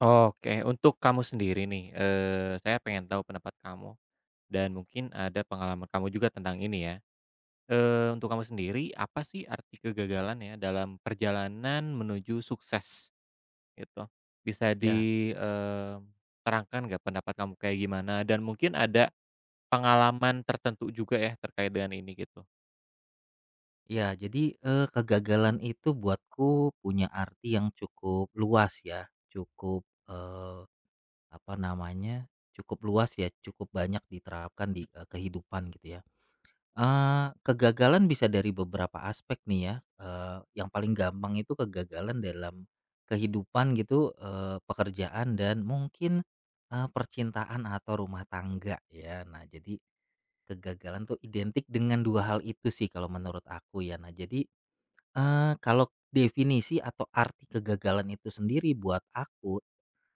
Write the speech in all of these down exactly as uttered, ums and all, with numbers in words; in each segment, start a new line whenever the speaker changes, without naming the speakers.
Oke, untuk kamu sendiri nih, eee, saya pengen tahu pendapat kamu dan mungkin ada pengalaman kamu juga tentang ini ya. Eee, untuk kamu sendiri, apa sih arti kegagalan ya dalam perjalanan menuju sukses, gitu? Bisa
Ya
diterangkan nggak pendapat kamu kayak gimana dan mungkin ada pengalaman tertentu juga ya terkait dengan ini gitu?
ya, jadi, eee, kegagalan itu buatku punya arti yang cukup luas ya, cukup, eee, apa namanya, cukup luas ya, cukup banyak diterapkan di, eee, kehidupan gitu ya. Eee, kegagalan bisa dari beberapa aspek nih ya, eee, yang paling gampang itu kegagalan dalam kehidupan gitu, eee, pekerjaan dan mungkin, eee, percintaan atau rumah tangga ya. Nah, jadi kegagalan tuh identik dengan dua hal itu sih kalau menurut aku ya. Nah, jadi Eee, kalau definisi atau arti kegagalan itu sendiri buat aku,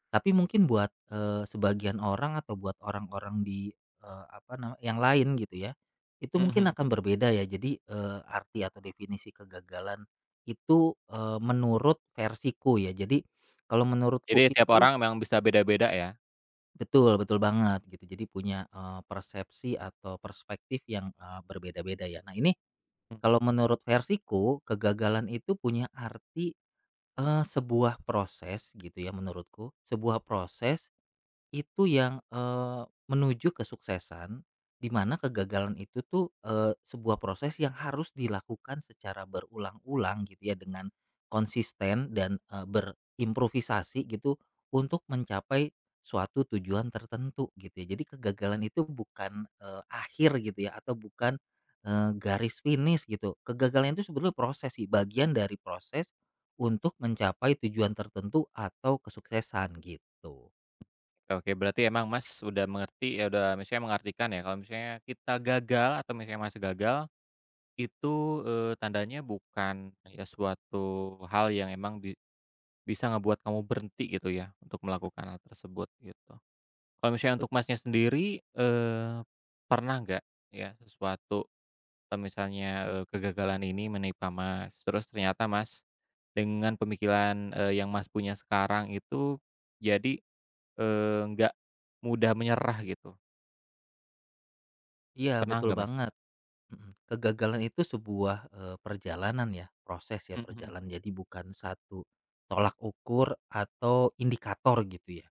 tapi mungkin buat, eee, sebagian orang atau buat orang-orang di, eee, apa nama yang lain gitu ya, itu mungkin
Mhm.
akan berbeda ya. Jadi, eee, arti atau definisi kegagalan itu, eee, menurut versiku ya. Jadi kalau menurutku
Jadi tiap
itu
orang memang bisa beda-beda ya?
betul, betul banget gitu. Jadi punya, eee, persepsi atau perspektif yang, eee, berbeda-beda ya. Nah ini
Mhm.
kalau menurut versiku, kegagalan itu punya arti Eee, sebuah proses gitu ya menurutku, sebuah proses, itu yang, eee, menuju kesuksesan, di mana kegagalan itu tuh, eee, sebuah proses yang harus dilakukan secara berulang-ulang gitu ya, dengan konsisten dan, eee, berimprovisasi gitu untuk mencapai suatu tujuan tertentu gitu ya. Jadi kegagalan itu bukan, eee, akhir gitu ya, atau bukan, eee, garis finish gitu. Kegagalan itu sebetulnya proses sih, bagian dari proses untuk mencapai tujuan tertentu atau kesuksesan gitu.
Oke, oke. Berarti emang Mas udah mengerti ya, udah misalnya mengartikan ya, kalau misalnya kita gagal atau misalnya Mas gagal, itu, eee, tandanya bukan ya suatu hal yang emang bi bisa ngebuat kamu berhenti gitu ya untuk melakukan hal tersebut gitu. Kalau misalnya untuk Masnya sendiri, eee, pernah nggak ya sesuatu atau misalnya, eee, kegagalan ini menimpa Mas, terus ternyata Mas dengan pemikiran, eee, yang Mas punya sekarang itu jadi Eee, nggak mudah menyerah gitu.
Iya,
Pernah
betul
nggak, Mas?
banget, mhm. Kegagalan itu sebuah, eee, perjalanan ya, proses ya,
Mhm mhm.
perjalanan. Jadi bukan satu tolak ukur atau indikator gitu ya.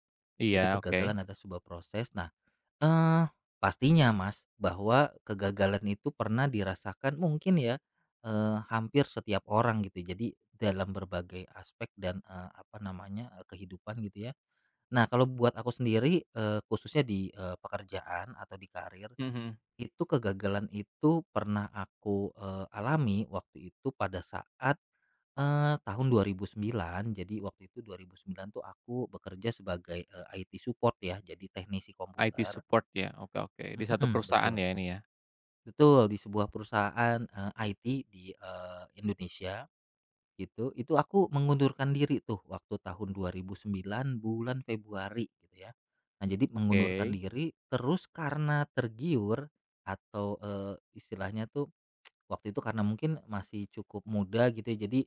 Jadi
Iya, oke.
kegagalan adalah sebuah proses. Nah, eee, pastinya Mas, bahwa kegagalan itu pernah dirasakan mungkin ya, eee, hampir setiap orang gitu. Jadi dalam berbagai aspek dan, eee, apa namanya, eee, kehidupan gitu ya. Nah, kalau buat aku sendiri, eee, khususnya di, eee, pekerjaan atau di karir
Mhm.
itu kegagalan itu pernah aku, eee, alami waktu itu pada saat, eee, tahun dua ribu sembilan. Jadi waktu itu dua ribu sembilan tuh aku bekerja sebagai, eee, I T support ya, jadi teknisi
I T
komputer
support ya? Oke oke. Di satu
mhm,
perusahaan
betul
ya ini ya?
betul, di sebuah perusahaan, eee, I T di, eee, Indonesia gitu. Itu aku mengundurkan diri tuh waktu tahun dua ribu sembilan bulan Februari gitu ya. Nah jadi
Oke.
mengundurkan diri terus karena tergiur atau, eee, istilahnya tuh. Waktu itu karena mungkin masih cukup muda gitu ya, jadi,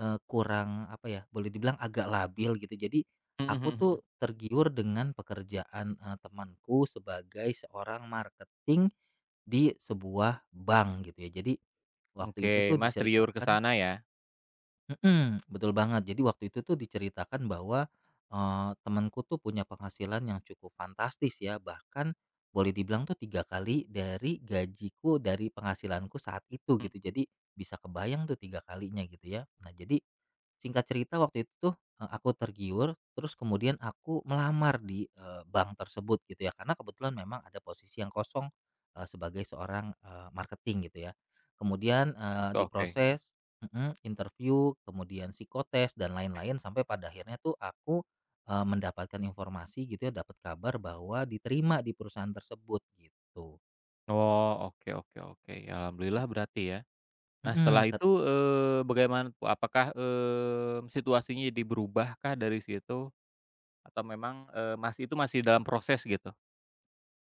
eee, kurang apa ya, boleh dibilang agak labil gitu. Jadi
Mhm
aku
mhm
tuh
mhm.
tergiur dengan pekerjaan, eee, temanku sebagai seorang marketing di sebuah bank gitu ya. Jadi waktu
Oke,
itu tuh
Mas tergiur ke
diceritakan.
sana ya?
Mhm, betul banget. Jadi waktu itu tuh diceritakan bahwa, eee, temanku tuh punya penghasilan yang cukup fantastis ya, bahkan boleh dibilang tuh tiga kali dari gajiku, dari penghasilanku saat itu
Mhm.
gitu. Jadi bisa kebayang tuh tiga kalinya gitu ya. Nah jadi, singkat cerita waktu itu tuh, eee, aku tergiur, terus kemudian aku melamar di, eee, bank tersebut gitu ya, karena kebetulan memang ada posisi yang kosong, eee, sebagai seorang, eee, marketing gitu ya. Kemudian, eee,
Oke oke.
diproses. Mhm, interview, kemudian psikotes dan lain-lain sampai pada akhirnya tuh aku, eee, mendapatkan informasi gitu ya, dapat kabar bahwa diterima di perusahaan tersebut gitu.
Oh, oke oke oke. Ya alhamdulillah berarti ya. Nah
Mhm,
setelah
tet
itu, eee, bagaimana tuh? Apakah, mmm, situasinya jadi berubah kah dari situ? Atau memang, eee, Mas itu masih dalam proses gitu?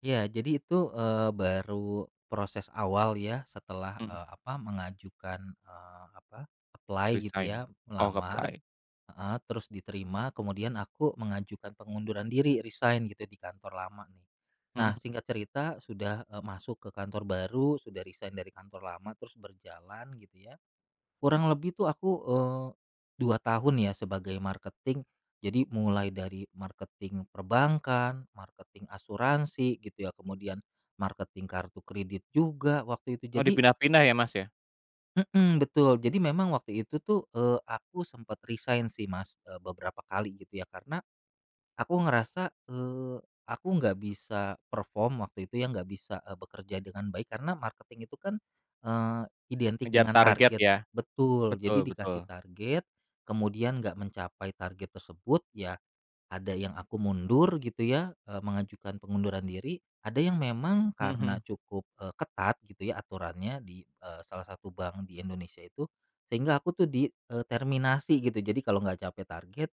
ya jadi itu, eee, baru proses awal ya setelah,
Mhm.
eee, apa mengajukan, eee, apa apply gitu ya,
Resign? Oh,
melamar.
apply.
Heeh, terus diterima, kemudian aku mengajukan pengunduran diri, resign gitu di kantor lama nih. Nah,
Mhm.
singkat cerita sudah, eee, masuk ke kantor baru, sudah resign dari kantor lama, terus berjalan gitu ya. Kurang lebih tuh aku, eee, dua tahun ya sebagai marketing. Jadi mulai dari marketing perbankan, marketing asuransi gitu ya, kemudian marketing kartu kredit juga waktu itu.
Oh,
Jadi
dipindah-pindah ya, Mas, ya?
mhm, betul. Jadi memang waktu itu tuh, eee, aku sempat resign sih Mas, eee, beberapa kali gitu ya karena aku ngerasa, eee, aku nggak bisa perform waktu itu ya, nggak bisa, eee, bekerja dengan baik karena marketing itu kan, eee, identik
Ngejar
dengan
target
target
ya,
betul.
betul
Jadi
betul.
dikasih target, kemudian nggak mencapai target tersebut ya ada yang aku mundur gitu ya, eee, mengajukan pengunduran diri, ada yang memang karena
Mhm
cukup, eee, ketat gitu ya aturannya di, eee, salah satu bank di Indonesia itu, sehingga aku tuh di, gitu. Jadi kalau nggak capai target,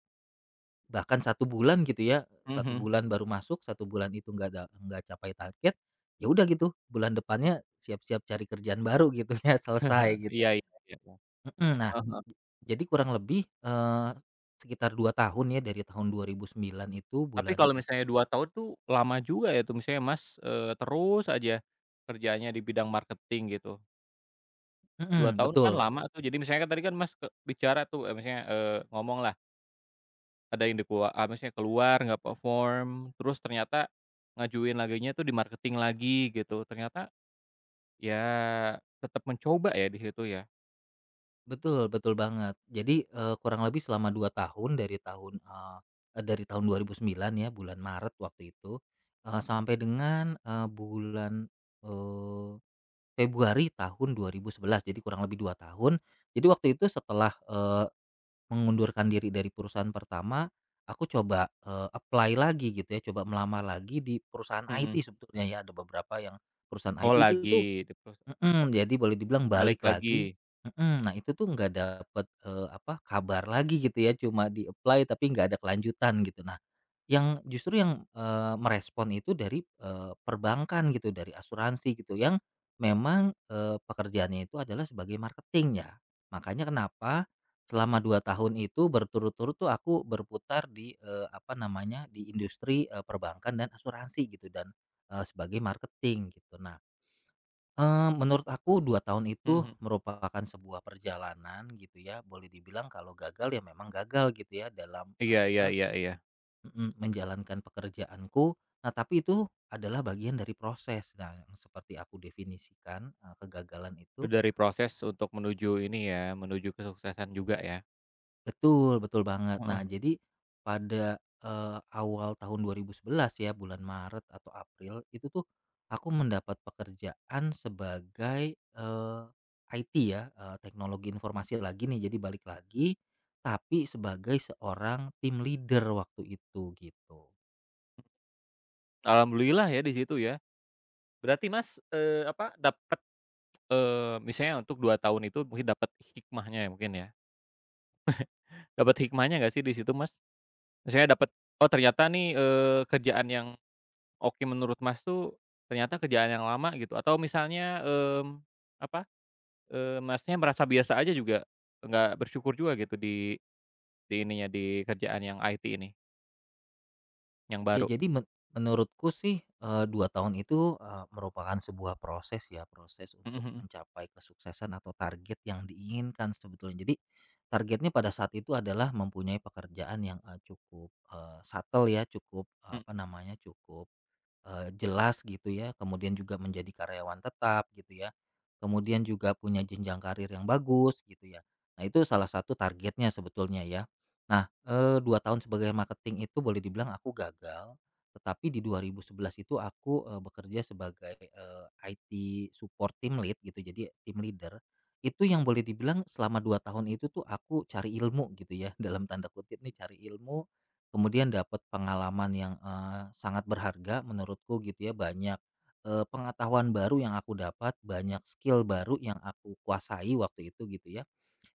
bahkan satu bulan gitu ya, satu
mhm.
bulan baru masuk, satu bulan itu nggak ada nggak capai target, ya udah gitu, bulan
Mhm,
depannya siap-siap cari kerjaan baru gitu ya, selesai gitu.
iya iya iya iya.
Mhm, nah,
Heeh heeh.
jadi kurang lebih, eee, sekitar dua tahun ya, dari tahun dua ribu sembilan itu
Tapi
bulan,
kalau misalnya dua tahun tuh lama juga ya tuh misalnya Mas, eee, terus aja kerjanya di bidang marketing gitu. Dua
mhm,
tahun kan
betul.
lama tuh, jadi misalnya kan tadi kan Mas, ke bicara tuh, eee, misalnya, eee, ngomonglah ada yang dikua eee, maksudnya keluar nggak perform, terus ternyata ngajuin laginya tuh di marketing lagi gitu, ternyata ya tetap mencoba ya di situ ya?
Betul betul banget. Jadi, eee, kurang lebih selama dua tahun dari tahun, eee eee, dari tahun dua ribu sembilan ya, bulan Maret waktu itu, eee, sampai dengan, eee, bulan, eee, Februari tahun dua ribu sebelas, jadi kurang lebih dua tahun. Jadi waktu itu setelah, eee, mengundurkan diri dari perusahaan pertama, aku coba, eee, apply lagi gitu ya, coba melamar lagi di perusahaan I T
Mhm.
sebetulnya ya, ada beberapa yang perusahaan
Oh
I T itu tuh.
lagi, di pros
Mhm, jadi boleh dibilang balik
balik
lagi
lagi.
mhm, nah itu tuh nggak dapet, eee, apa, kabar lagi gitu ya, cuma di-apply tapi nggak ada kelanjutan gitu. Nah, yang justru yang, eee, merespon itu dari, eee, perbankan gitu, dari asuransi gitu, yang memang, eee, pekerjaannya itu adalah sebagai marketing ya. Makanya kenapa selama dua tahun itu berturut-turut tuh aku berputar di, eee, apa namanya, di industri, eee, perbankan dan asuransi gitu dan, eee, sebagai marketing gitu. Nah Eee, menurut aku dua tahun itu
Mhm.
merupakan sebuah perjalanan gitu ya, boleh dibilang kalau gagal ya memang gagal gitu ya dalam,
Iya
eee,
iya
apa
iya iya.
mhm, menjalankan pekerjaanku. Nah tapi itu adalah bagian dari proses. Nah yang seperti aku definisikan, eee, kegagalan
Itu
itu
dari proses untuk menuju ini ya, menuju kesuksesan juga ya.
betul betul banget. Nah
Heeh.
jadi pada, eee, awal tahun dua ribu sebelas ya bulan Maret atau April itu tuh aku mendapat pekerjaan sebagai, eee, I T ya, eee, teknologi informasi lagi nih jadi balik lagi, tapi sebagai seorang tim leader waktu itu gitu.
Alhamdulillah ya di situ ya. Berarti Mas, eee, apa, dapat eee, misalnya untuk dua tahun itu mungkin dapat hikmahnya ya mungkin ya. Dapat hikmahnya nggak sih di situ, Mas? Misalnya dapat oh ternyata nih, eee, kerjaan yang oke menurut Mas tuh, ternyata kerjaan yang lama gitu atau misalnya, mmm, apa, eee, Masnya merasa biasa aja juga, nggak bersyukur juga gitu di di ininya, di kerjaan yang I T ini, yang
Ya
baru?
jadi men menurutku sih, eee, dua tahun itu, eee, merupakan sebuah proses ya, proses
Mhm
untuk
mhm.
mencapai kesuksesan atau target yang diinginkan sebetulnya. Jadi targetnya pada saat itu adalah mempunyai pekerjaan yang, eee, cukup, eee, settle ya, cukup, eee, apa
Mhm,
namanya, cukup Eee, jelas gitu ya, kemudian juga menjadi karyawan tetap gitu ya, kemudian juga punya jenjang karir yang bagus gitu ya. Nah itu salah satu targetnya sebetulnya ya. Nah, eee, dua tahun sebagai marketing itu boleh dibilang aku gagal, tetapi di dua ribu sebelas itu aku, eee, bekerja sebagai, eee, I T support team lead gitu, jadi team leader. Itu yang boleh dibilang selama dua tahun itu tuh aku cari ilmu gitu ya, dalam tanda kutip nih, cari ilmu. Kemudian dapat pengalaman yang, eee, sangat berharga menurutku gitu ya, banyak, eee, pengetahuan baru yang aku dapat, banyak skill baru yang aku kuasai waktu itu gitu ya.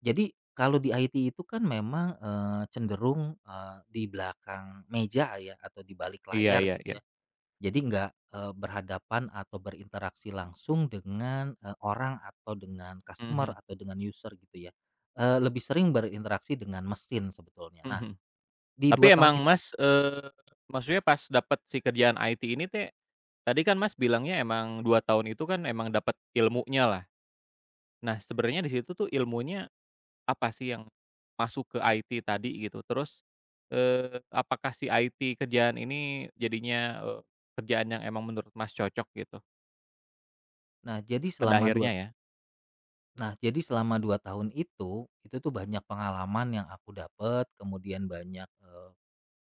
Jadi kalau di I T itu kan memang, eee, cenderung, eee, di belakang meja ya atau di balik
iya
layar
iya iya.
gitu ya. Jadi nggak, eee, berhadapan atau berinteraksi langsung dengan, eee, orang atau dengan customer
Mhm
atau dengan user gitu ya, eee, lebih sering berinteraksi dengan mesin sebetulnya. Nah,
mhm.
di
Tapi
dua tahun
emang Mas, eee, maksudnya pas dapet si kerjaan I T ini teh, tadi kan Mas bilangnya emang dua tahun itu kan emang dapet ilmunya lah. Nah sebenarnya di situ tuh ilmunya apa sih yang masuk ke I T tadi gitu? Terus, eee, apakah si I T kerjaan ini jadinya, eee, kerjaan yang emang menurut Mas cocok gitu
Nah, jadi
pada
selama dua
akhirnya ya?
nah, jadi selama dua tahun itu, itu tuh banyak pengalaman yang aku dapat, kemudian banyak, eee,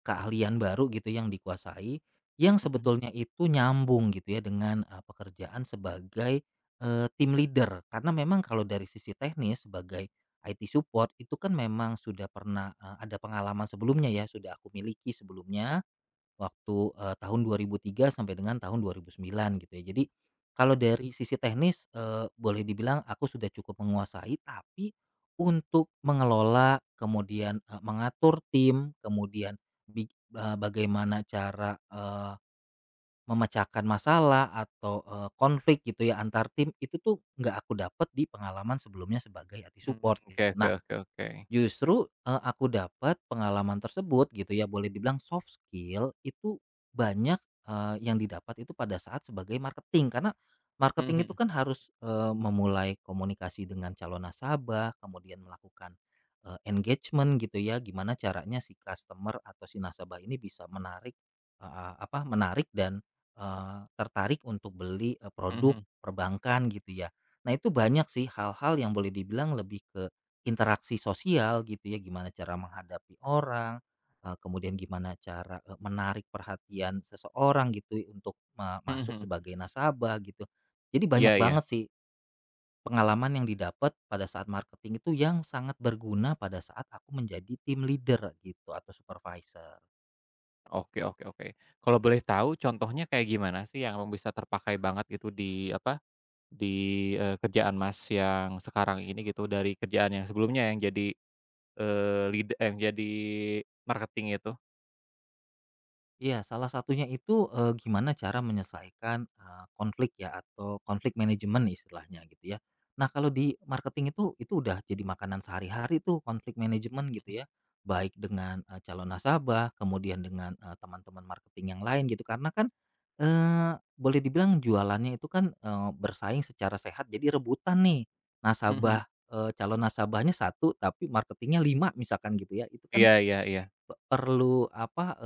keahlian baru gitu yang dikuasai, yang
Mhm mhm.
sebetulnya itu nyambung gitu ya dengan, eee, pekerjaan sebagai, eee, team leader. Karena memang kalau dari sisi teknis sebagai I T support itu kan memang sudah pernah, eee, ada pengalaman sebelumnya ya, sudah aku miliki sebelumnya. Waktu, eee, tahun dua ribu tiga sampai dengan tahun dua ribu sembilan gitu ya. Jadi, kalau dari sisi teknis, eee, boleh dibilang aku sudah cukup menguasai, tapi untuk mengelola, kemudian, eee, mengatur tim, kemudian big eee, bagaimana cara, eee, memecahkan masalah atau, eee, konflik gitu ya antar tim, itu tuh nggak aku dapat di pengalaman sebelumnya sebagai I T
Mmm,
support
oke
gitu.
oke
Nah,
oke oke.
justru, eee, aku dapat pengalaman tersebut gitu ya, boleh dibilang soft skill itu banyak, eee, yang didapat itu pada saat sebagai marketing. Karena
Mhm
marketing itu
mhm.
kan harus, eee, memulai komunikasi dengan calon nasabah, kemudian melakukan, eee, engagement gitu ya, gimana caranya si customer atau si nasabah ini bisa menarik, eee, apa, menarik dan, eee, tertarik untuk beli, eee,
Mhm
produk
mhm.
perbankan gitu ya. Nah, itu banyak sih hal-hal yang boleh dibilang lebih ke interaksi sosial gitu ya, gimana cara menghadapi orang, eee, kemudian gimana cara, eee, menarik perhatian seseorang gitu ya, untuk me
Mhm
masuk
mhm.
sebagai nasabah gitu. Jadi banyak
Iya iya.
banget sih pengalaman yang didapat pada saat marketing itu yang sangat berguna pada saat aku menjadi tim leader gitu atau supervisor.
Oke oke oke. Kalau boleh tahu contohnya kayak gimana sih yang emang bisa terpakai banget gitu di apa, di, eee, kerjaan Mas yang sekarang ini gitu, dari kerjaan yang sebelumnya yang jadi, eee, lead yang jadi marketing itu?
Iya, salah satunya itu, eee, gimana cara menyelesaikan, eee, konflik ya atau konflik manajemen istilahnya gitu ya. Nah, kalau di marketing itu itu udah jadi makanan sehari-hari tuh konflik manajemen gitu ya, baik dengan, eee, calon nasabah, kemudian dengan, eee, teman-teman marketing yang lain gitu. Karena kan, eee, boleh dibilang jualannya itu kan, eee, bersaing secara sehat jadi rebutan nih.
Mhm mhm.
Nasabah, eee, calon nasabahnya satu tapi marketingnya lima misalkan gitu ya, itu kan
Iya iya iya.
pe perlu apa,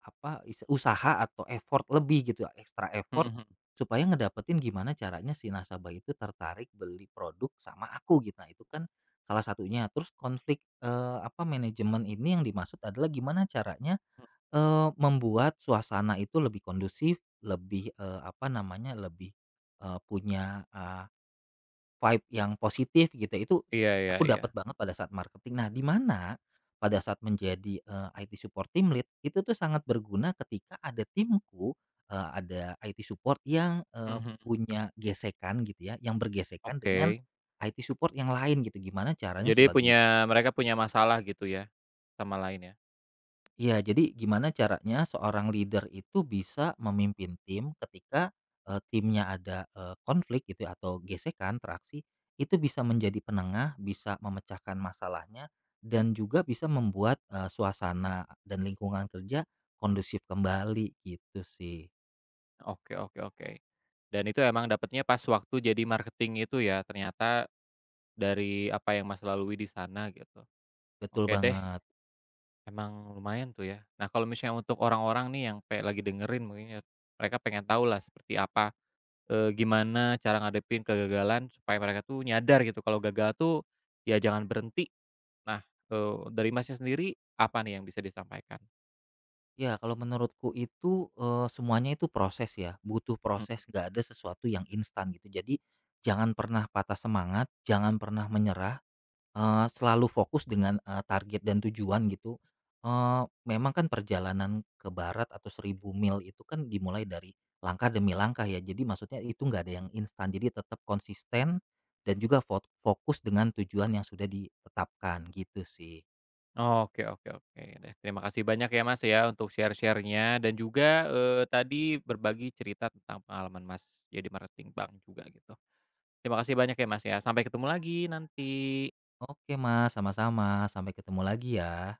apa, is usaha atau effort lebih gitu, ekstra
Mhm
effort
mhm.
supaya ngedapetin gimana caranya si nasabah itu tertarik beli produk sama aku gitu. Nah, itu kan salah satunya. Terus konflik, eee, apa, manajemen ini yang dimaksud adalah gimana caranya,
Mhm.
eee, membuat suasana itu lebih kondusif, lebih, eee, apa namanya, lebih, eee, punya, ah, vibe yang positif gitu ya, itu
Iya iya
aku
iya.
dapat banget pada saat marketing. Nah, di mana pada saat menjadi, eee, I T support team lead itu tuh sangat berguna ketika ada timku, eee, ada I T support yang,
Mhm
eee,
mhm.
punya gesekan gitu ya, yang bergesekan dengan
Oke.
I T support yang lain gitu. Gimana caranya
Jadi
sebagai
punya mereka punya masalah gitu ya, sama lain ya?
Iya, jadi gimana caranya seorang leader itu bisa memimpin tim ketika eh, timnya ada eh, konflik gitu ya, atau gesekan, traksi, itu bisa menjadi penengah, bisa memecahkan masalahnya dan juga bisa membuat eh, suasana dan lingkungan kerja kondusif kembali gitu sih.
Oke oke oke. Dan itu emang dapatnya pas waktu jadi marketing itu ya ternyata, dari apa yang Mas lalui di sana gitu.
Betul
Oke deh,
banget.
emang lumayan tuh ya. Nah, kalau misalnya untuk orang-orang nih yang kayak lagi dengerin mungkin ya, mereka pengen tahu lah seperti apa, eee, gimana cara ngadepin kegagalan supaya mereka tuh nyadar gitu kalau gagal tuh ya jangan berhenti. Nah, eee, dari Masnya sendiri apa nih yang bisa disampaikan?
Ya, kalau menurutku itu eh, semuanya itu proses ya, butuh
Mhm.
proses, gak ada sesuatu yang instan gitu. Jadi jangan pernah patah semangat, jangan pernah menyerah. Eee, selalu fokus dengan, eee, target dan tujuan gitu, eee, memang kan perjalanan ke barat atau seribu mil itu kan dimulai dari langkah demi langkah ya. Jadi maksudnya itu nggak ada yang instan, jadi tetap konsisten dan juga fot fokus dengan tujuan yang sudah ditetapkan gitu sih.
Oke oke oke deh. Terima kasih banyak ya, Mas, ya, untuk share sharenya dan juga, eee, tadi berbagi cerita tentang pengalaman Mas jadi marketing bank juga gitu. Terima kasih banyak ya, Mas, ya. Sampai ketemu lagi nanti.
Oke Mas, sama-sama, sampai ketemu lagi ya.